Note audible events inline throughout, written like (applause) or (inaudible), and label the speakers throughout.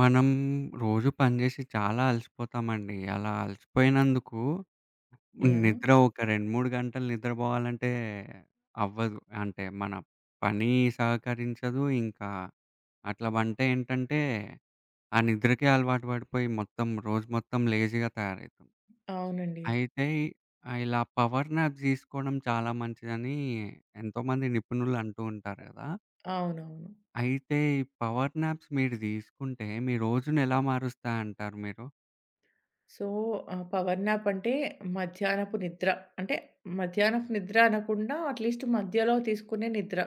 Speaker 1: మనం రోజు పని చేసి చాలా అలసిపోతామండి. అలా అలసిపోయినందుకు
Speaker 2: యాహ్!
Speaker 1: నిద్ర ఒక 2, 3 గంటలు నిద్రపోవాలంటే అవ్వదు. అంటే మన పని సహకరించదు. ఇంకా అట్లా అంటే ఏంటంటే, ఆ నిద్రకే అలవాటు పడిపోయి మొత్తం రోజు మొత్తం లేజీగా తయారవుతాం.
Speaker 2: అవునండి.
Speaker 1: అయితే ఇలా పవర్ నాప్స్ తీసుకోవడం చాలా మంచిదని ఎంతోమంది నిపుణులు అంటూ ఉంటారు కదా!
Speaker 2: అవునవును.
Speaker 1: అయితే ఈ పవర్ నాప్స్ మీరు తీసుకుంటే, మీ రోజునెలా మారుస్తాయంటారు మీరు?
Speaker 2: సో, పవర్ న్యాప్ అంటే మధ్యాహ్నపు నిద్ర. అంటే మధ్యాహ్నపు నిద్ర అనకుండా అట్‌లీస్ట్ మధ్యలో తీసుకునే నిద్ర.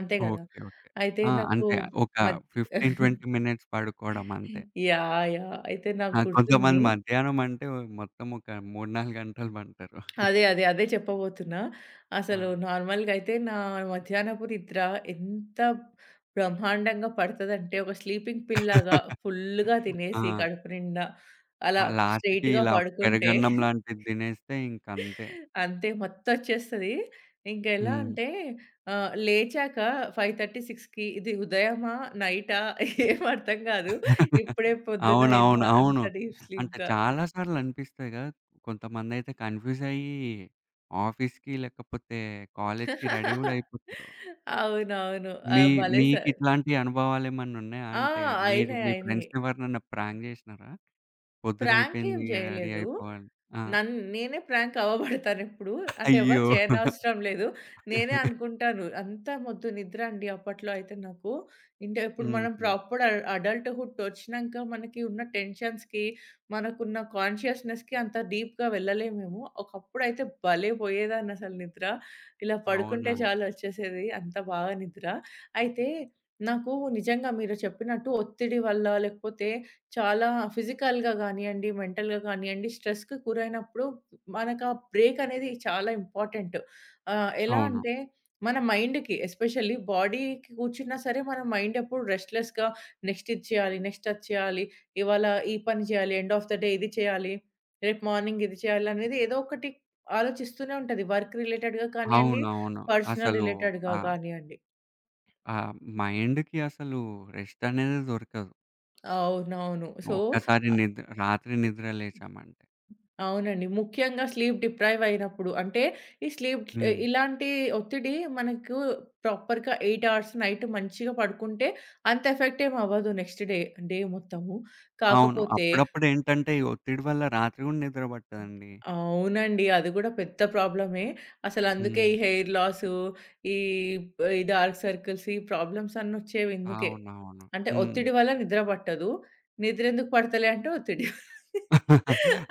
Speaker 2: అంతే గదా!
Speaker 1: ఓకే. ఓకే.
Speaker 2: అయితే
Speaker 1: ఆ!
Speaker 2: నాకు
Speaker 1: అంతే. ఒక
Speaker 2: మధ్య
Speaker 1: 15, 20
Speaker 2: (laughs)
Speaker 1: మినిట్స్ పడుకోవడం అంతే.
Speaker 2: యాహ్! యాహ్! అయితే నాకు
Speaker 1: ఆ! కొంతమంది
Speaker 2: గుర్తుంది
Speaker 1: మధ్యాహ్నం అంటే మొత్తం ఒక 3, 4 గంటలు పంటరు.
Speaker 2: అదే. అదే. అదే చెప్పబోతున్నా.
Speaker 1: ఆ!
Speaker 2: అసలు నార్మల్‌గా అయితే నా మధ్యాహ్నపు నిద్ర ఎంత బ్రహ్మాండంగా పడతదంటే, ఒక స్లీపింగ్ పిల్‌లాగా
Speaker 1: (laughs)
Speaker 2: ఫుల్‌గా
Speaker 1: ఆ!
Speaker 2: తినేసి కడుపు నిండా అలా
Speaker 1: ఆ లాస్ట్‌కి
Speaker 2: స్ట్రెయిట్‌గా
Speaker 1: ఇలా
Speaker 2: పడుకుంటే
Speaker 1: పెరుగన్నం
Speaker 2: (laughs)
Speaker 1: లాంటిది తినేస్తే ఇంకంతే.
Speaker 2: అంతే మత్తొచ్చేస్తది. ఇంక ఎలా
Speaker 1: హ్మ్.
Speaker 2: అంటే లేచాక 5:30, 6కి ఇది ఉదయమా? నైటా? (laughs) ఏం అర్థం గాదు. ఇప్పుడే
Speaker 1: అవునవును.
Speaker 2: పొద్దునయిందా? అంత
Speaker 1: అవును.
Speaker 2: డీప్
Speaker 1: అంటే
Speaker 2: స్లీప్‌గా.
Speaker 1: చాలా సార్లు అనిపిస్తాయి గదా! కొంతమందయితే కన్‌ఫ్యూజ్ అయ్యి ఆఫీస్‌కి లేకపోతే కాలేజ్‌కి రెడీ గూడా
Speaker 2: (laughs)
Speaker 1: అయిపోతారు.
Speaker 2: అవునవును.
Speaker 1: మీ
Speaker 2: ఆహ్, భలే స
Speaker 1: మీకిట్లాంటి అనుభవాలేమన్నా ఉన్నాయా?
Speaker 2: ఆ!
Speaker 1: అంటే మీరు
Speaker 2: అయినాయి.
Speaker 1: మీ
Speaker 2: అయినాయి.
Speaker 1: ఫ్రెండ్స్‌ని ఎవరినన్నా ప్రాంక్ జేసినారా?
Speaker 2: ప్రాంక్ ఏం
Speaker 1: పొద్దునయిపోయింది రెడీ
Speaker 2: జేయలేదు.
Speaker 1: అయిపోవాలి. ఆ!
Speaker 2: నేనే ప్రాంక్ అవ్వబడతానెప్పుడు. అంటే ఎవరు
Speaker 1: అయ్యో!
Speaker 2: చేయనవసరం లేదు. నేనే అనుకుంటాను. అంతా మొద్దు నిద్ర అండి అప్పట్లో అయితే నాకు. ఇంటే ఇప్పుడు మనం
Speaker 1: హుహు.
Speaker 2: ప్రాపర్ అడల్ట్‌హుడ్ ఒచ్చినంక మనకి ఉన్న టెన్షన్స్‌కి, మనకున్న కాన్షియస్‌నెస్‌కి అంత డీప్‌గా వెళ్ళలేమేమో. ఒకప్పుడైతే భలే పోయేదాన్నసలు నిద్ర. ఇలా పడుకుంటే
Speaker 1: అవునా?
Speaker 2: చాలు ఒచ్చేసేది. అంత బాగా నిద్ర. అయితే నాకు నిజంగా మీరు చెప్పినట్టు ఒత్తిడి వల్ల లేకపోతే చాలా ఫిజికల్‌గా గానియండి, మెంటల్‌గా గానియండి స్ట్రెస్‌కి గురైనప్పుడు మనకా బ్రేక్ అనేది చాలా ఇంపార్టెంట్. ఎలా
Speaker 1: అవును.
Speaker 2: అంటే మన మైండ్‌కి ఎస్పెషల్లీ బాడీకి కూర్చున్నా సరే మన మైండ్ ఎప్పుడు రెస్ట్‌లెస్‌గా నెక్స్ట్ ఇది చేయాలి, నెక్స్ట్ అది చేయాలి, ఇవాళ ఈ పని చేయాలి, ఎండ్ ఆఫ్ ద డే ఇది చేయాలి, రేపు మార్నింగ్ ఇది చేయాలి అనేది ఏదో ఒకటి ఆలోచిస్తూనే ఉంటది. వర్క్ రిలేటెడ్‌గా కానియండి,
Speaker 1: అవునవును.
Speaker 2: పర్సనల్
Speaker 1: అసలు
Speaker 2: రిలేటెడ్‌గా
Speaker 1: ఆ!
Speaker 2: కానియండి.
Speaker 1: ఆ మైండ్‌కి అసలు రెస్ట్ అనేది దొరకదు.
Speaker 2: అవునవును. సో,
Speaker 1: ఒక్కసారి
Speaker 2: ఆహ్,
Speaker 1: నిద్ర రాత్రి
Speaker 2: ఇ
Speaker 1: నిద్ర లేచామంటే.
Speaker 2: అవునండి. ముఖ్యంగా స్లీప్ డిప్రైవ్ అయినప్పుడు. అంటే ఈ స్లీప్
Speaker 1: హ్మ్.
Speaker 2: ఇలాంటి ఒత్తిడి మనకు ప్రాపర్‌గా 8 అవర్స్ నైట్ మంచిగా పడుకుంటే అంత ఎఫెక్ట్ ఏమి అవ్వదు నెక్స్ట్ డే, డే మొత్తము.
Speaker 1: అవును.
Speaker 2: కాకపోతే
Speaker 1: అప్పుడప్పుడేంటంటే ఈ ఒత్తిడి వల్ల రాత్రి గూడా నిద్ర పట్టదండి.
Speaker 2: అవునండి. అది కూడా పెద్ద ప్రాబ్లమే. అసలు అందుకే
Speaker 1: హ్మ్.
Speaker 2: ఈ హెయిర్ లాసు, ఈ ఈ డార్క్ సర్కిల్స్ ఈ ప్రాబ్లమ్స్ అన్నీ వచ్చేవి ఇందుకే.
Speaker 1: అవునవును.
Speaker 2: అంటే
Speaker 1: హ్మ్.
Speaker 2: ఒత్తిడి వల్ల నిద్ర పట్టదు. నిద్ర ఎందుకు పడతలే అంటే ఒత్తిడి.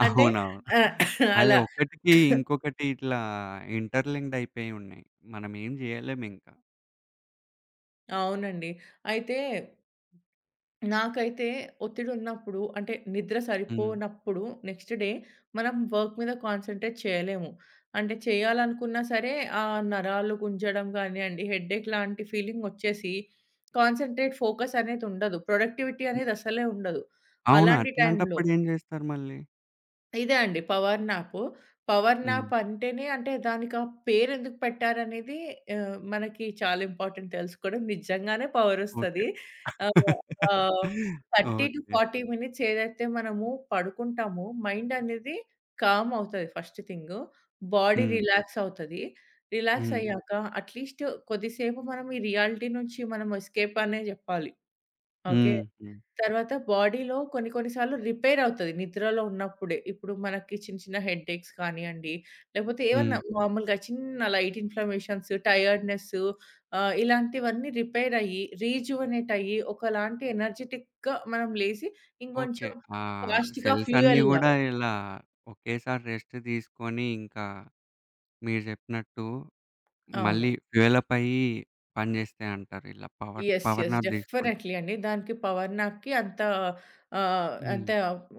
Speaker 2: అంటే
Speaker 1: అవునవును.
Speaker 2: ఆహ్,
Speaker 1: అదే
Speaker 2: అలా.
Speaker 1: ఒకటికి ఇంకొకటి ఇట్లా ఇంటర్‌లింక్డ్ అయిపోయి ఉన్నాయి. మనం ఏం జేయలేమింక.
Speaker 2: అవునండి. అయితే నాకైతే ఒత్తిడున్నప్పుడు అంటే నిద్ర
Speaker 1: హ్మ్.
Speaker 2: సరిపోనప్పుడు నెక్స్ట్ డే మనం వర్క్ మీద కాన్సంట్రేట్ చేయలేము. అంటే చేయాలనుకున్నా సరే ఆ నరాలు గుంజడం గానియండి, హెడ్‌ఏక్ లాంటి ఫీలింగ్ ఒచ్చేసి కాన్సంట్రేట్, ఫోకస్ అనేది ఉండదు. ప్రొడక్టివిటీ
Speaker 1: హ్మ్.
Speaker 2: అనేది అసలే ఉండదు.
Speaker 1: అవును.
Speaker 2: అలాంటి టైంలో
Speaker 1: అట్లాంటప్పుడు ఏం జేస్తారు మళ్ళీ?
Speaker 2: ఇదే అండి power nap. Power
Speaker 1: hmm.
Speaker 2: Nap అంటేనే అంటే దానికి ఆ పేరెందుకు పెట్టారనేది మనకి చాలా ఇంపార్టెంట్ తెలుసుకోవడం. నిజంగానే
Speaker 1: ఓకే.
Speaker 2: పవరొస్తది. ఆహ్, ఆహ్,
Speaker 1: (laughs) ఓకే.
Speaker 2: 30-40 మినిట్స్ ఏదైతే మనము పడుకుంటామో మైండ్ అనేది కామ్ అవుతది first thing. Body
Speaker 1: hmm.
Speaker 2: Relax అవుతది. రిలాక్స్
Speaker 1: హ్మ్.
Speaker 2: హ్మ్. అయ్యాక అట్‌లీస్ట్ కొద్దిసేపు మనం ఈ రియాలిటీ నుంచి మనం ఎస్కేప్ అనే జెప్పాలి. ఓకే.
Speaker 1: హ్మ్. హ్మ్.
Speaker 2: తర్వాత బాడీలో కొన్ని కొన్ని సార్లు రిపేర్ అవుతది నిద్రలో ఉన్నప్పుడే. ఇప్పుడు మనకి చిన్న చిన్న హెడ్‌ఏక్స్ కానియండి, లేకపోతే ఏవన్నా
Speaker 1: హ్మ్.
Speaker 2: మామూలుగా చిన్న లైట్ ఇన్‌ఫ్లమేషన్స్, టైర్డ్‌నెస్సు ఇలాంటివన్నీ రిపేర్ అయ్యి, రీజువనేట్ అయ్యి, ఒకలాంటి ఎనర్జిటిక్‌గా మనం లేసి
Speaker 1: ఓకే.
Speaker 2: ఇంకొంచెం
Speaker 1: ఆ
Speaker 2: ఫాస్ట్‌గా
Speaker 1: సెల్స్ అన్నీ గూడా
Speaker 2: ఫ్యూయల్‌లాగా
Speaker 1: ఇలా ఒకేసారి రెస్ట్ తీసుకొని ఇంకా మీరు జెప్పినట్టు
Speaker 2: అవును.
Speaker 1: మళ్ళీ ఫ్యూయలప్ అయ్యి పనిజేస్తాయంటారు. ఇలా power
Speaker 2: yes.
Speaker 1: Power
Speaker 2: yes.
Speaker 1: Nap తీసుకుంటే.
Speaker 2: డెఫినైట్‌లీ అండి. దానికి పవర్ నాప్‌కి అంత
Speaker 1: హ్మ్.
Speaker 2: అంత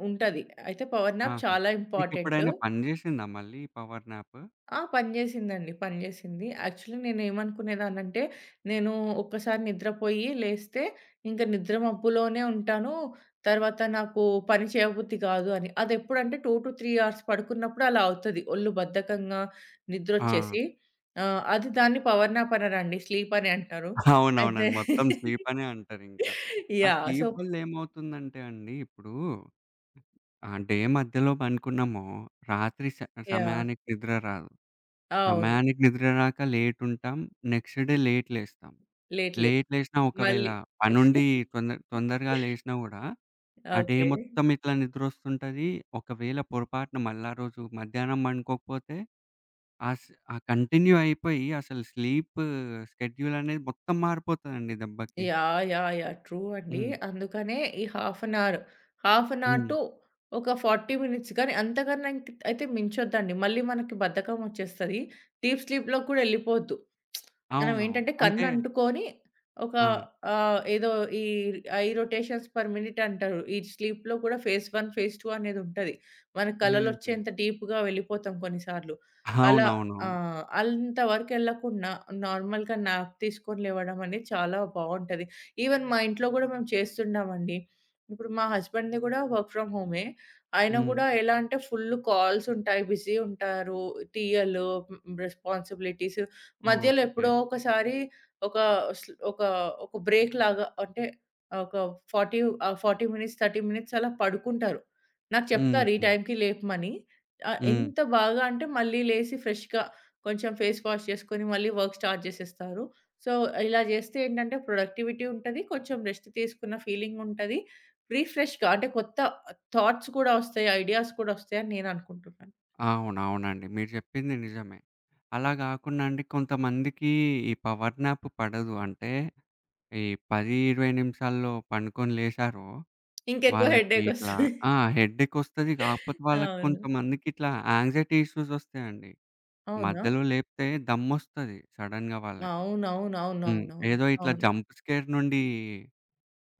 Speaker 2: ఉంటది. అయితే పవర్ నాప్
Speaker 1: ఆహా!
Speaker 2: చాలా ఇంపార్టెంటు.
Speaker 1: మీకెప్పుడైనా పని జేసిందా మళ్ళీ ఈ పవర్ నాప్?
Speaker 2: ఆ! పనిచేసిందండి. పనిచేసింది. యాక్చువల్లీ నేనేమనుకునేదాన్నంటే, నేను ఒక్కసారి నిద్రపోయి లేస్తే, ఇంక నిద్ర మబ్బులోనే ఉంటాను. తర్వాత నాకు పని చేయబుద్ధి కాదు అని. అదెప్పుడంటే 2-3 అవర్స్ పడుకున్నప్పుడు అలా అవుతది. ఒళ్ళు బద్ధకంగా
Speaker 1: ఆ!
Speaker 2: నిద్రొచ్చేసి. అది దాన్ని పవర్ నాప్ అనరండి. స్లీప్ అనే అంటారు.
Speaker 1: అవునవును.
Speaker 2: అయితే
Speaker 1: అది మొత్తం
Speaker 2: (laughs)
Speaker 1: స్లీప్ అనే అంటారింకా. ఆ
Speaker 2: యాహ్! సో
Speaker 1: స్లీప్ వల్ల ఏమవుతుందంటే అండి ఇప్పుడు డే మధ్యలో పనుకున్నామో రాత్రి స
Speaker 2: యాహ్!
Speaker 1: సమయానికి నిద్ర రాదు.
Speaker 2: అవును.
Speaker 1: సమయానికి నిద్ర రాక లేటుంటాం. నెక్స్ట్ డే లేట్ లేస్తాం.
Speaker 2: Late, late.
Speaker 1: లేట్ లేసినా ఒకవేళ
Speaker 2: మళ్ళీ
Speaker 1: పనుండి తొందర తొందరగా
Speaker 2: (laughs)
Speaker 1: లేసినా గూడా, ఆ డే
Speaker 2: ఓకే.
Speaker 1: మొత్తం ఇట్లా నిద్రొస్తుంటది. ఒకవేళ పొరపాటున మళ్ళా రోజు మధ్యాహ్నం పండుకోకపోతే, ఆ స్ ఆ కంటిన్యూ అయిపోయి అసలు స్లీప్ స్కెడ్యూల్ అనేది మొత్తం మారిపోతదండి దెబ్బకి.
Speaker 2: యాహ్! యాహ్! యాహ్! ట్రూ అండి.
Speaker 1: హ్మ్.
Speaker 2: అందుకనే ఈ half an hour, half an hour
Speaker 1: hmm.
Speaker 2: To ఒక 40 మినిట్స్ కానీ అంతకన్నా ఇంక్ అయితే మించొద్దండి. మళ్ళీ మనకి బద్ధకం వచ్చేస్తది. డీప్ స్లీప్‌లోకి కూడా ఎళ్ళిపోవద్దు. మనం
Speaker 1: అవునవును.
Speaker 2: ఏంటంటే
Speaker 1: అంటే
Speaker 2: కన్ను అంటుకొని ఒక
Speaker 1: ఆ!
Speaker 2: ఏదో ఈ ఐ రొటేషన్స్ పర్ మినిట్ అంటారు. ఈ స్లీప్‌లో కూడా ఫేజ్ 1, ఫేజ్ 2 అనేది ఉంటది. మన
Speaker 1: హుహు.
Speaker 2: కలలొచ్చేంత డీప్‌గా వెళ్ళిపోతాం కొన్నిసార్లు. అలా
Speaker 1: అవునవునవును.
Speaker 2: ఆ! అంత వరకెళ్ళకుండా నార్మల్‌గా న్యాప్ తీసుకొని లేవడం అనేది చాలా బావుంటది. ఈవెన్ మా ఇంట్లో గూడా మేము చేస్తున్నామండి. ఇప్పుడు మా హస్బెండ్‌ది గూడా వర్క్ ఫ్రమ్ హోమే. ఆయన
Speaker 1: హ్మ్.
Speaker 2: గూడా ఎలా అంటే ఫుల్ కాల్స్ ఉంటాయి, బిజీ ఉంటారు, టీఎలు, రెస్పాన్సిబిలిటీస్ మధ్యలో
Speaker 1: ఓకే.
Speaker 2: ఎప్పుడో ఒకసారి ఒక స్ ఒక ఒక బ్రేక్ లాగా అంటే ఒక 40 40 మినిట్స్, 30 మినిట్స్ అలా పడుకుంటారు. నాకు చెప్తారు ఈ
Speaker 1: హుహు.
Speaker 2: టైంకి లేపమని.
Speaker 1: హ్మ్.
Speaker 2: ఎంత బాగా అంటే మళ్ళీ లేసి ఫ్రెష్‌గా కొంచెం ఫేస్ వాష్ చేసుకొని మళ్ళీ వర్క్ స్టార్ట్ చేసేస్తారు. సో, ఇలా జేస్తే ఏంటంటే ప్రొడక్టివిటీ ఉంటది. కొంచెం రెస్ట్ తీసుకున్న ఫీలింగ్ ఉంటది. రిఫ్రెష్‌గా అంటే కొత్త థాట్స్ కూడా వస్తాయి. ఐడియాస్ కూడా వస్తాయని నేను అనుకుంటున్నాను.
Speaker 1: అవునవునండి. మీరు చెప్పింది నిజమే. అలా గాకుండా అండి కొంతమందికి ఈ పవర్ న్యాప్ పడదు. అంటే ఈ 10, 20 నిమిషాల్లో పండుకొని లేచారో
Speaker 2: ఇంకెక్కువ
Speaker 1: వాళ్ళకి
Speaker 2: హెడ్‌ఏక్
Speaker 1: ఇట్లా
Speaker 2: వస్తది.
Speaker 1: ఆ! హెడ్‌ఏకొస్తది. కాకపోతే
Speaker 2: (laughs)
Speaker 1: వాళ్ళకి
Speaker 2: అవును.
Speaker 1: కొంతమందికి ఇట్లా యాంగ్జైటీ ఇష్యూస్ వస్తాయండి.
Speaker 2: అవునా?
Speaker 1: మధ్యలో లేపితే దమ్మొస్తది సడెన్‌గా వాళ్ళకి. హ్మ్.
Speaker 2: అవునవునవునవునవును.
Speaker 1: ఏదో ఇట్లా
Speaker 2: అవును. అవును
Speaker 1: జంప్ స్కేర్ నుండి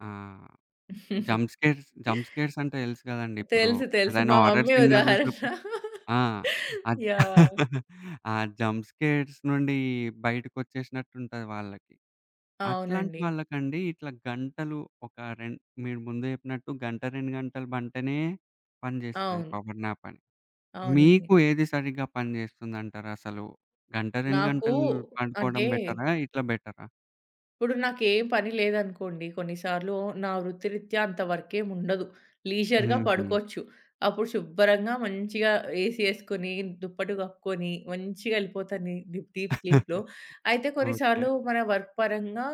Speaker 1: ఆహ్,
Speaker 2: (laughs) అవును అవును
Speaker 1: జంప్
Speaker 2: అవును
Speaker 1: స్కేర్స్ జంప్ స్కేర్స్ అంటే తెలుసు కదండీ! ఇప్పుడు
Speaker 2: తెలుసు. తెలుసు.
Speaker 1: ఏదైనా
Speaker 2: మా
Speaker 1: హారర్
Speaker 2: మమ్మీ
Speaker 1: సినిమా చూసినప్పుడు
Speaker 2: ఉదాహరణ.
Speaker 1: ఆ!
Speaker 2: (laughs)
Speaker 1: అద్
Speaker 2: యాహ్!
Speaker 1: ఆ జంప్ స్కేర్స్ నుండి బయటకొచ్చేసినట్టుంటది వాళ్ళకి. అట్లాంటి
Speaker 2: అవునండి.
Speaker 1: వాళ్ళకండి ఇట్లా గంటలు ఒక రెం మీరు ముందు చెప్పినట్టు గంట, 2 గంటలు బంటేనే పనిజేస్తది
Speaker 2: అవును.
Speaker 1: పవర్ న్యాప్ అని.
Speaker 2: అవునండి.
Speaker 1: మీకు ఏది సరిగ్గా పనిజేస్తుందంటారసలు? గంట, 2
Speaker 2: నాకు
Speaker 1: గంటలు పడుకోవడం
Speaker 2: అంటే
Speaker 1: బెటరా? ఇట్లా బెటరా?
Speaker 2: ఇప్పుడు నాకేం పని లేదనుకోండి, కొన్నిసార్లు నా వృత్తిరీత్యా అంత వర్కేం ఉండదు. లీజర్‌గా
Speaker 1: హుహు.
Speaker 2: పడుకోవచ్చు. అప్పుడు శుభ్రంగా మంచిగా ఏసీ ఏసుకొని, దుప్పటి కప్పుకొని, మంచిగా ఎళ్ళిపోతాను ని డీప్ డీప్ స్లీప్‌లో. అయితే
Speaker 1: ఓకే.
Speaker 2: కొన్నిసార్లు మన వర్క్ పరంగా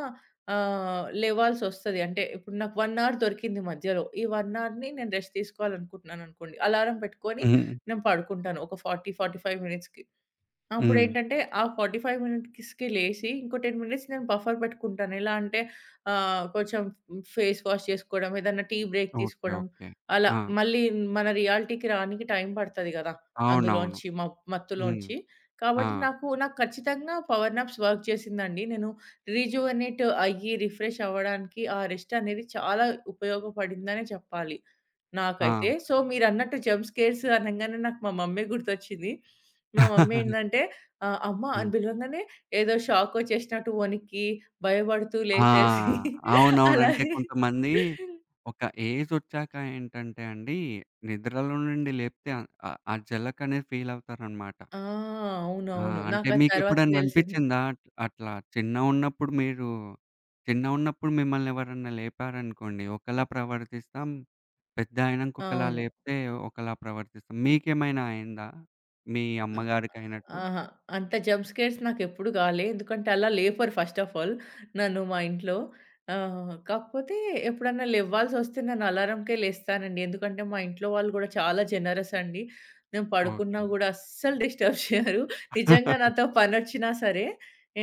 Speaker 2: లేవాల్సొస్తది. అంటే ఇప్పుడు నాకు 1 అవర్ దొరికింది మధ్యలో. ఈ 1 అవర్‌ని నేను రెస్ట్ తీసుకోవాలనుకుంటున్నాననుకోండి. అలారం పెట్టుకొని
Speaker 1: హ్మ్.
Speaker 2: నేను పడుకుంటాను. ఒక 40, 45 మినిట్స్‌కి.
Speaker 1: హ్మ్.
Speaker 2: అప్పుడేంటంటే, ఆ 45 మినిట్స్‌కి లేసి, ఇంకో 10 మినిట్స్ నేను బఫర్ పెట్టుకుంటాను. ఎలా అంటే కొంచెం ఫేస్ వాష్ చేసుకోవడం, ఏదన్నా టీ బ్రేక్
Speaker 1: ఓకే.
Speaker 2: తీసుకోవడం,
Speaker 1: ఓకే.
Speaker 2: అలా.
Speaker 1: ఆ!
Speaker 2: మళ్ళీ మన రియాలిటీకి రానికి టైం పడతది గదా!
Speaker 1: అవునవును.
Speaker 2: అందులోంచి
Speaker 1: హ్మ్.
Speaker 2: మత్తులోంచి.
Speaker 1: ఆ!
Speaker 2: కాబట్టి నాకు నాకు ఖచ్చితంగా పవర్ నాప్స్ వర్క్ చేసిందండి. నేను రిజువనేట్ అయ్యి, రిఫ్రెష్ అవ్వడానికి ఆ రెస్ట్ అనేది చాలా ఉపయోగపడిందనే చెప్పాలి
Speaker 1: ఆ!
Speaker 2: నాకైతే. సో, మీరన్నట్టు జంప్ స్కేర్స్ అనంగానే నాకు మా మమ్మీ గుర్తొచ్చింది. మా మమ్మీ
Speaker 1: (laughs)
Speaker 2: ఏందంటే అమ్మ
Speaker 1: హ్మ్.
Speaker 2: అని పిలవంగానే ఏదో షాకొచ్చేసినట్టు వణికి, భయపడుతూ
Speaker 1: ఆ!
Speaker 2: లేసేసి (laughs)
Speaker 1: అవునవును. అంటే
Speaker 2: అలాగే
Speaker 1: కొంతమంది ఒక ఏజొచ్చాక ఏంటంటే అండి, నిద్రలో నుండి లేపితే ఆహ్, ఆహ్, ఆ జలకనేది ఫీలవుతారనమాట.
Speaker 2: ఆ!
Speaker 1: ఆ!
Speaker 2: అవునవును.
Speaker 1: అంటే
Speaker 2: నాకది తర్వాత
Speaker 1: మీకెప్పుడన్నా
Speaker 2: తెలిసింది.
Speaker 1: అనిపిచ్చిందా? అట్లా చిన్నగున్నప్పుడు మీరు చిన్నగున్నప్పుడు మిమ్మల్నెవరన్నా లేపారనుకోండి, ఒకలా ప్రవర్తిస్తాం. పెద్దయినంక ఒకలా
Speaker 2: అవును.
Speaker 1: లేపితే ఒకలా ప్రవర్తిస్తాం. మీకేమైనా అయిందా? మీ
Speaker 2: అ
Speaker 1: అమ్మగారికయినట్టు?
Speaker 2: అహా! అంత జంప్ స్కేర్స్ నాకెప్పుడు కాలే. ఎందుకంటే అలా లేపరు ఫస్ట్ ఆఫ్ ఆల్ నన్ను మా ఇంట్లో. కాకపోతే ఎప్పుడన్నా లెవ్వాల్సొస్తే నేను అలారంకే లేస్తానండి. ఎందుకంటే మా ఇంట్లో వాళ్ళు గూడా చాలా జనరస్ అండి. నేను పడుకున్నా
Speaker 1: ఓకే.
Speaker 2: గూడా అస్సలు డిస్టర్బ్ (laughs) చేయరు.
Speaker 1: ఆ!
Speaker 2: నిజంగా
Speaker 1: (laughs)
Speaker 2: నాతో పనొచ్చినా సరే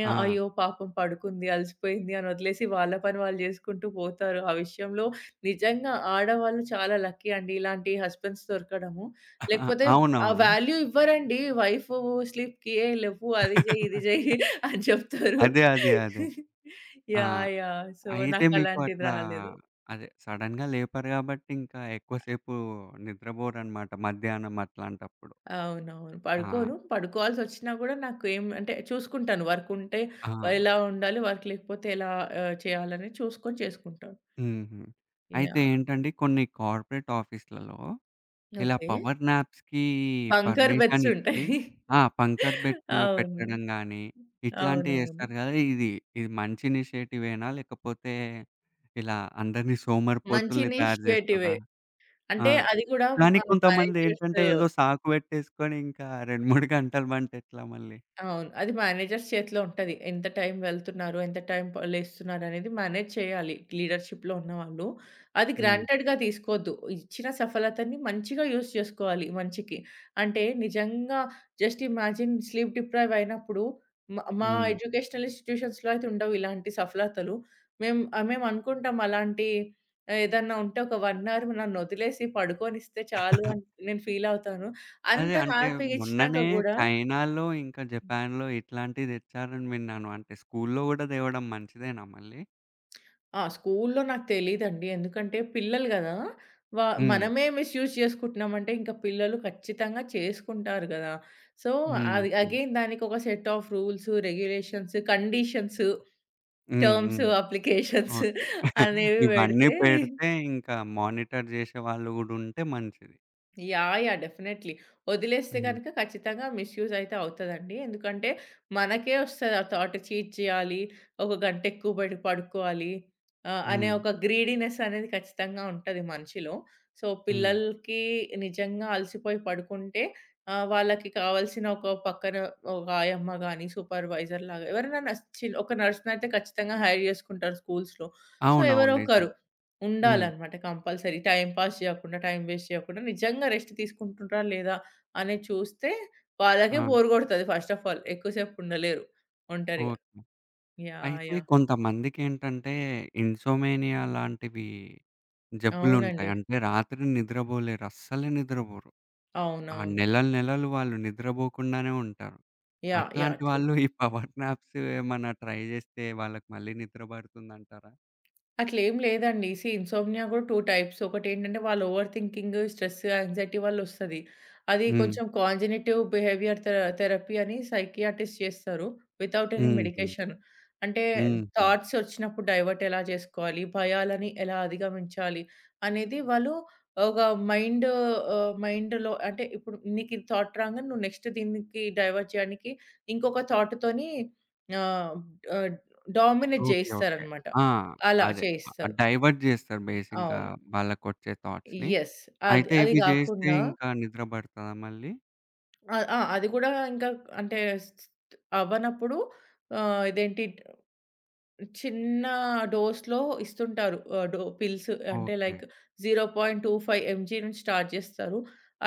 Speaker 2: ఏ అయ్యో! పాపం పడుకుంది, అలసిపోయింది అని వదిలేసి వాళ్ళ పని వాళ్ళు జేసుకుంటూ పోతారు. ఆ విషయంలో నిజంగా ఆడవాళ్ళు చాలా లక్కీ అండి. ఇలాంటి హస్బెండ్స్ దొరకడము. లేకపోతే ఆ
Speaker 1: అవునవును.
Speaker 2: వాల్యూ ఇవ్వరండి. వైఫు స్లీప్‌కి "ఏ లెవ్వు అది జెయి, ఇది జెయి" అని చెప్తారు.
Speaker 1: అదే. అదే. అదే. ఆ!
Speaker 2: యాహ్! యాహ్! సో,
Speaker 1: అయితే మీకు
Speaker 2: నాకలాంటిది
Speaker 1: అట్లా
Speaker 2: రాలేదు.
Speaker 1: అదే సడెన్‌గా లేపారు గాబట్టి ఇంకా ఎక్కువ సేపు నిద్రబోరనమాట మధ్యాహ్నం అట్లాంటప్పుడు.
Speaker 2: అవునవును.
Speaker 1: ఆ!
Speaker 2: పడుకోను. పడుకోవాల్సొచ్చినా గూడా నాకు ఏం అంటే చూసుకుంటాను. వర్క్ ఉంటే
Speaker 1: ఆ!
Speaker 2: ఎలా ఉండాలి, వర్క్ లేకపోతే ఎలా చేయాలని చూసుకొని చేసుకుంటాను.
Speaker 1: హుహు. అయితే
Speaker 2: యాహ్!
Speaker 1: ఏంటండి కొన్ని కార్పొరేట్ ఆఫీస్‌లలో ఇలా
Speaker 2: ఓకే.
Speaker 1: పవర్ నాప్స్‌కి
Speaker 2: బంకర్
Speaker 1: పర్మిషన్
Speaker 2: బెడ్స్
Speaker 1: ఇచ్చి
Speaker 2: ఉంటాయి.
Speaker 1: ఆ! పంకర్ బెడ్స్
Speaker 2: అవును.
Speaker 1: పెట్టడం గాని, ఇట్లాంటివి
Speaker 2: అవునవును.
Speaker 1: చేస్తారు గదా! ఇది ఇది మంచి ఇనిషియేటివేనా? లేకపోతే ఇలా అందరిని
Speaker 2: మంచి
Speaker 1: సోమరిపోతుల్ని తయారు జేస్తదా?
Speaker 2: ఇనిషియేటివే.
Speaker 1: ఆ!
Speaker 2: అంటే అది గూడా
Speaker 1: కానీ
Speaker 2: మేనేజర్స్
Speaker 1: కొంతమందేంటంటే ఏదో సాకు పెట్టేసుకొని ఇంకా 2, 3 గంటలు పంటెట్లా మళ్ళీ?
Speaker 2: అవును. అది మేనేజర్స్ చేతిలో ఉంటది. ఎంత టైం వెళ్తున్నారు? ఎంత టైం లేస్తున్నారనేది మేనేజ్ చేయాలి లీడర్‌షిప్‌లో ఉన్నవాళ్ళు. అది
Speaker 1: హ్మ్.
Speaker 2: గ్రాంటెడ్‌గా తీసుకోవద్దు. ఇచ్చిన సఫలతని మంచిగా యూజ్ చేసుకోవాలి మంచికి. అంటే నిజంగా జస్ట్ ఇమాజిన్ స్లీప్ డిప్రైవ్ అయినప్పుడు మా
Speaker 1: హ్మ్.
Speaker 2: ఎడ్యుకేషనల్ ఇన్‌స్టిట్యూషన్స్‌లో అయితే ఉండవు ఇలాంటి సఫలతలు. మేము మేమనుకుంటాం అలాంటి ఆ, ఏదన్నా ఉంటే ఒక 1 అవర్ నన్నొదిలేసి పడుకోనిస్తే చాలు అని
Speaker 1: (laughs)
Speaker 2: నేను ఫీల్ అవుతాను.
Speaker 1: అదే
Speaker 2: అంత
Speaker 1: అంటే
Speaker 2: హ్యాపీగా
Speaker 1: మొన్ననే
Speaker 2: ఇచ్చినాక గూడా
Speaker 1: చైనాలో, ఇంకా జపాన్‌లో ఇట్లాంటివి తెచ్చారని విన్నాను. అంటే స్కూల్లో గూడా తేవడం మంచిదేనా మళ్ళీ?
Speaker 2: ఆ! స్కూల్లో నాకు తెలీదండి. ఎందుకంటే పిల్లలు గదా! వా
Speaker 1: హ్మ్.
Speaker 2: మనమే మిస్‌యూజ్ చేసుకుంటున్నామంటే ఇంకా పిల్లలు ఖచ్చితంగా చేసుకుంటారు గదా! సో,
Speaker 1: హ్మ్.
Speaker 2: అది
Speaker 1: హ్మ్.
Speaker 2: అగైన్ దానికొక set of rules, regulations, conditions,
Speaker 1: hmm.
Speaker 2: Terms,
Speaker 1: hmm.
Speaker 2: Applications
Speaker 1: okay. (laughs)
Speaker 2: అనేవి
Speaker 1: ఇవన్నీ
Speaker 2: పెడితే
Speaker 1: పెడితే ఇంకా మానిటర్ జేసే వాళ్ళు గూడా ఉంటే మంచిది.
Speaker 2: యాహ్! యాహ్! డెఫినైట్‌లీ. వదిలేస్తే
Speaker 1: హ్మ్.
Speaker 2: గనక ఖచ్చితంగా మిస్‌యూజ్ అయితే అవుతదండి. ఎందుకంటే మనకే వస్తది ఆ థాట్ చీట్ చేయాలి, ఒక గంట ఎక్కువ బయట పడుకోవాలి అనే
Speaker 1: హ్మ్.
Speaker 2: ఒక గ్రీడీనెస్ అనేది ఖచ్చితంగా ఉంటది మనిషిలో. సో,
Speaker 1: హ్మ్.
Speaker 2: పిల్లలకి నిజంగా అలసిపోయి పడుకుంటే వాళ్ళకి కావాల్సిన ఒక పక్కన ఒక ఆయమ్మ గాని, సూపర్‌వైజర్‌లాగా ఎవరైనా నర్స్ చి ఒక నర్స్‌నైతే ఖచ్చితంగా హైర్ చేసుకుంటారు స్కూల్స్‌లో. సో,
Speaker 1: అవునవును.
Speaker 2: ఎవరో
Speaker 1: నిజం.
Speaker 2: ఒకరు
Speaker 1: హ్మ్.
Speaker 2: ఉండాలనమాట కంపల్సరీ. టైమ్ పాస్ జేయకుండా, టైమ్ వేస్ట్ జేయకుండా నిజంగా రెస్ట్ తీసుకుంటుండ్రా లేదా అనేది చూస్తే వాళ్ళకే
Speaker 1: ఆ!
Speaker 2: బోర్ గొడతది ఫస్ట్ ఆఫ్ ఆల్. ఎక్కువ సేపు ఉండలేరు ఒంటరిగా.
Speaker 1: ఓకే.
Speaker 2: యాహ్!
Speaker 1: అయితే
Speaker 2: యాహ్!
Speaker 1: కొంతమందికేంటంటే, ఇన్సోమేనియా లాంటివి జబ్బులుంటాయి.
Speaker 2: అవునండి.
Speaker 1: అంటే రాత్రి నిద్రబోలేరు. అస్సలే నిద్రబోరు. ఆ
Speaker 2: అవునవును.
Speaker 1: నెలలు నెలలు వాళ్ళు నిద్రబోకుండానే ఉంటారు.
Speaker 2: యాహ్! యాహ్!
Speaker 1: అట్లాంటి
Speaker 2: ట్రూ.
Speaker 1: వాళ్ళు ఈ పవర్ నాప్స్ ఏమన్నా ట్రై జేస్తే వాళ్ళకి మళ్ళీ నిద్ర పడుతుందంటారా?
Speaker 2: అట్లేం లేదండి. సీ ఇన్సోమ్నియా గూడా 2 టైప్స్. ఒకటేంటంటే వాళ్ళు ఓవర్ థింకింగ్, స్ట్రెస్, యాంగ్జైటీ వల్లొస్తది. అది
Speaker 1: హ్మ్.
Speaker 2: కొంచెం కాంజినిటివ్ బిహేవియర్ థెరపీ అని సైకియాట్రిస్ట్ చేస్తారు. Without any
Speaker 1: uh huh.
Speaker 2: మెడికేషన్. అంటే
Speaker 1: హుహు.
Speaker 2: థాట్స్ ఒచ్చినప్పుడు డైవర్ట్ ఎలా జేసుకోవాలి? భయాలని ఎలా అధిగమించాలి? అనేది వాళ్ళు ఒక మైండ్ మైండ్‌లో అంటే ఇప్పుడు నీకు ఈ థాట్ రాంగానే నువ్వు నెక్స్ట్ దీనికి డైవర్ట్ చేయడానికి ఇంకొక థాట్‌తోని ఆహ్, ఆహ్, డామినేట్
Speaker 1: ఓకే. ఓకే.
Speaker 2: జేయిస్తారనమాట.
Speaker 1: ఆ!
Speaker 2: అలా
Speaker 1: అదే.
Speaker 2: చేయిస్తారు.
Speaker 1: డైవర్ట్ జేస్తారు బేసిక్‌గా
Speaker 2: అవును.
Speaker 1: వాళ్ళకొచ్చే థాట్స్‌ని.
Speaker 2: యెస్. అది
Speaker 1: అయితే
Speaker 2: అది
Speaker 1: ఇవి జేస్తే
Speaker 2: గాకుండా
Speaker 1: ఇంకా నిద్ర పడతదా మళ్ళీ?
Speaker 2: ఆ! అది గూడా ఇంకా అంటే స్ స్ అవ్వనప్పుడు ఇదేంటి చిన్న డోస్‌లో ఇస్తుంటారు. డో పిల్స్ అంటే
Speaker 1: ఓకే.
Speaker 2: లైక్ 0.25 ఎంజీ నుంచి స్టార్ట్ జేస్తారు.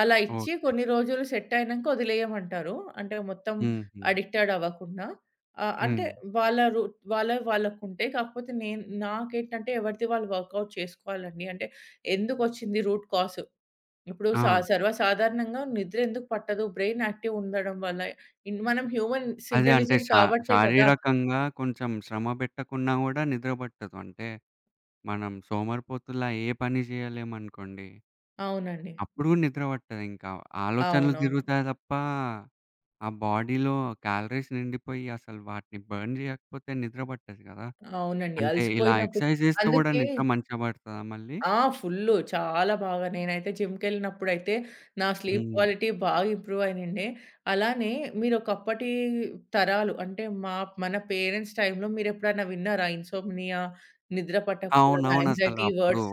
Speaker 2: అలా ఇచ్చి
Speaker 1: ఓకే.
Speaker 2: కొన్ని రోజులు సెట్ అయినంక వదిలేయమంటారు. అంటే మొత్తం
Speaker 1: హుహు.
Speaker 2: అడిక్టెడ్ అవ్వకుండా. అంటే
Speaker 1: హ్మ్.
Speaker 2: వాళ్ళ రు వాళ్ళవి వాళ్ళకుంటాయి. కాకపోతే నేను నాకేంటంటే ఎవరిది వాళ్ళు వర్కౌట్ చేసుకోవాలండి. అంటే ఎందుకొచ్చింది రూట్ కాజ్. ఇప్పుడు
Speaker 1: ఆ!
Speaker 2: సర్వసాధారణంగా నిద్ర ఎందుకు పట్టదు? బ్రెయిన్ యాక్టివ్ ఉండడం వల్ల. ఇన్ మనం హ్యూమన్స్
Speaker 1: అదే అంటే
Speaker 2: ఇంటెలిజెంట్ కాబట్టే కదా!
Speaker 1: శారీరకంగా కొంచెం శ్రమ పెట్టకున్నా గూడా నిద్ర పట్టదు. అంటే మనం సోమరిపోతుల్లా ఏ పని జేయలేమనుకోండి.
Speaker 2: అవునండి.
Speaker 1: అప్పుడు నిద్ర పట్టదింకా. ఆలోచనలు
Speaker 2: అవునవును.
Speaker 1: తిరుగుతాయి తప్ప, ఆ బాడీలో క్యాలరీస్ నిండిపోయి అసలు వాటిని బర్న్ జేయకపోతే నిద్ర పట్టదు గదా!
Speaker 2: అవునండి.
Speaker 1: అంటే ఇలా
Speaker 2: అలసిపోయినప్పుడు
Speaker 1: ఎక్సర్‌సైజ్ జేస్తే గూడా
Speaker 2: అందుకే
Speaker 1: నిద్ర మంచిగా పడతదా మళ్ళీ?
Speaker 2: ఆ! ఫుల్లు. చాలా బాగా. నేనైతే జిమ్‌కెళ్ళినప్పుడైతే నా స్లీప్
Speaker 1: హ్మ్.
Speaker 2: క్వాలిటీ బాగా ఇంప్రూవ్ అయినండే. అలానే మీరొకప్పటి తరాలు అంటే మన పేరెంట్స్ టైమ్‌లో మీరెప్పుడైనా విన్నారా? ఇన్సోమ్నియా, నిద్ర పట్టకపోవడం,
Speaker 1: అవునవును. అసలు
Speaker 2: యాంగ్జైటీ
Speaker 1: అప్పుడు
Speaker 2: వర్డ్స్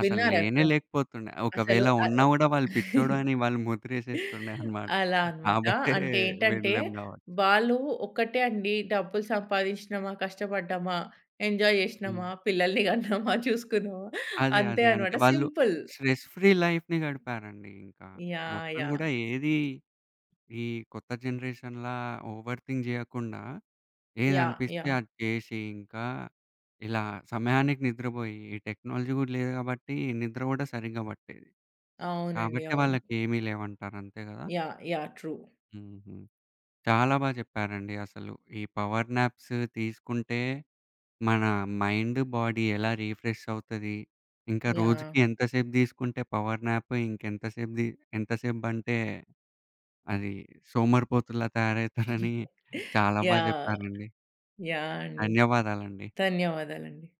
Speaker 1: అసలు
Speaker 2: విన్నారా
Speaker 1: లేనే
Speaker 2: ఎప్పుడైనా?
Speaker 1: లేకపోతుండే.
Speaker 2: అసలు
Speaker 1: ఒకవేళ ఉన్నా గూడా వాళ్ళు పిచ్చోడు
Speaker 2: (laughs)
Speaker 1: అని
Speaker 2: అ
Speaker 1: వాళ్ళు ముద్రేసేస్తుండే అన్నమాట.
Speaker 2: అలా అన్నమాట.
Speaker 1: కాబట్టే
Speaker 2: అంటే ఏంటంటే,
Speaker 1: వెళ్ళాం గాబట్టి.
Speaker 2: వాళ్ళు ఒక్కటే అండి డబ్బులు సంపాదించినామా, కష్టపడ్డామా, ఎంజాయ్
Speaker 1: హ్మ్.
Speaker 2: చేసినామా, పిల్లల్ని కన్నామా, చూసుకున్నామా
Speaker 1: అదే.
Speaker 2: అంతే
Speaker 1: అదే. అంటే
Speaker 2: అన్నమాట.
Speaker 1: వాళ్ళు
Speaker 2: సింపుల్.
Speaker 1: స్ట్రెస్ ఫ్రీ లైఫ్‌ని గడిపారండి ఇంకా.
Speaker 2: యాహ్!
Speaker 1: మొత్తం
Speaker 2: యాహ్!
Speaker 1: గూడా ఏది ఈ కొత్త జనరేషన్‌లా ఓవర్ థింక్ జేయకుండా
Speaker 2: యాహ్!
Speaker 1: ఏదనిపిస్తే
Speaker 2: యాహ్!
Speaker 1: అది చేసి, ఇంకా ఇలా సమయానికి నిద్రబోయి ఈ టెక్నాలజీ గూడా లేదు గాబట్టి నిద్ర గూడా సరిగ్గా పట్టేది.
Speaker 2: అవునండి.
Speaker 1: కాబట్టి
Speaker 2: అవును.
Speaker 1: వాళ్ళకేమీ లేవంటారు. అంతే గదా!
Speaker 2: యాహ్! యాహ్! ట్రూ.
Speaker 1: హుహు. చాలా బా చెప్పారండి అసలు. ఈ పవర్ నాప్స్ తీసుకుంటే మన మైండ్, బాడీ ఎలా రిఫ్రెష్ అవుతది. ఇంకా
Speaker 2: యాహ్!
Speaker 1: రోజుకి ఎంతసేపు తీసుకుంటే పవర్ నాప్ ఇంకెంతసేపు ది ఎంతసేపు అంటే అది సోమరిపోతుల్లా
Speaker 2: యాహ్!
Speaker 1: తయారవుతారని చాలా బా
Speaker 2: యాహ్! (laughs)
Speaker 1: చెప్పారండి.
Speaker 2: అండి.
Speaker 1: ధన్యవాదాలండి.
Speaker 2: ధన్యవాదాలండి.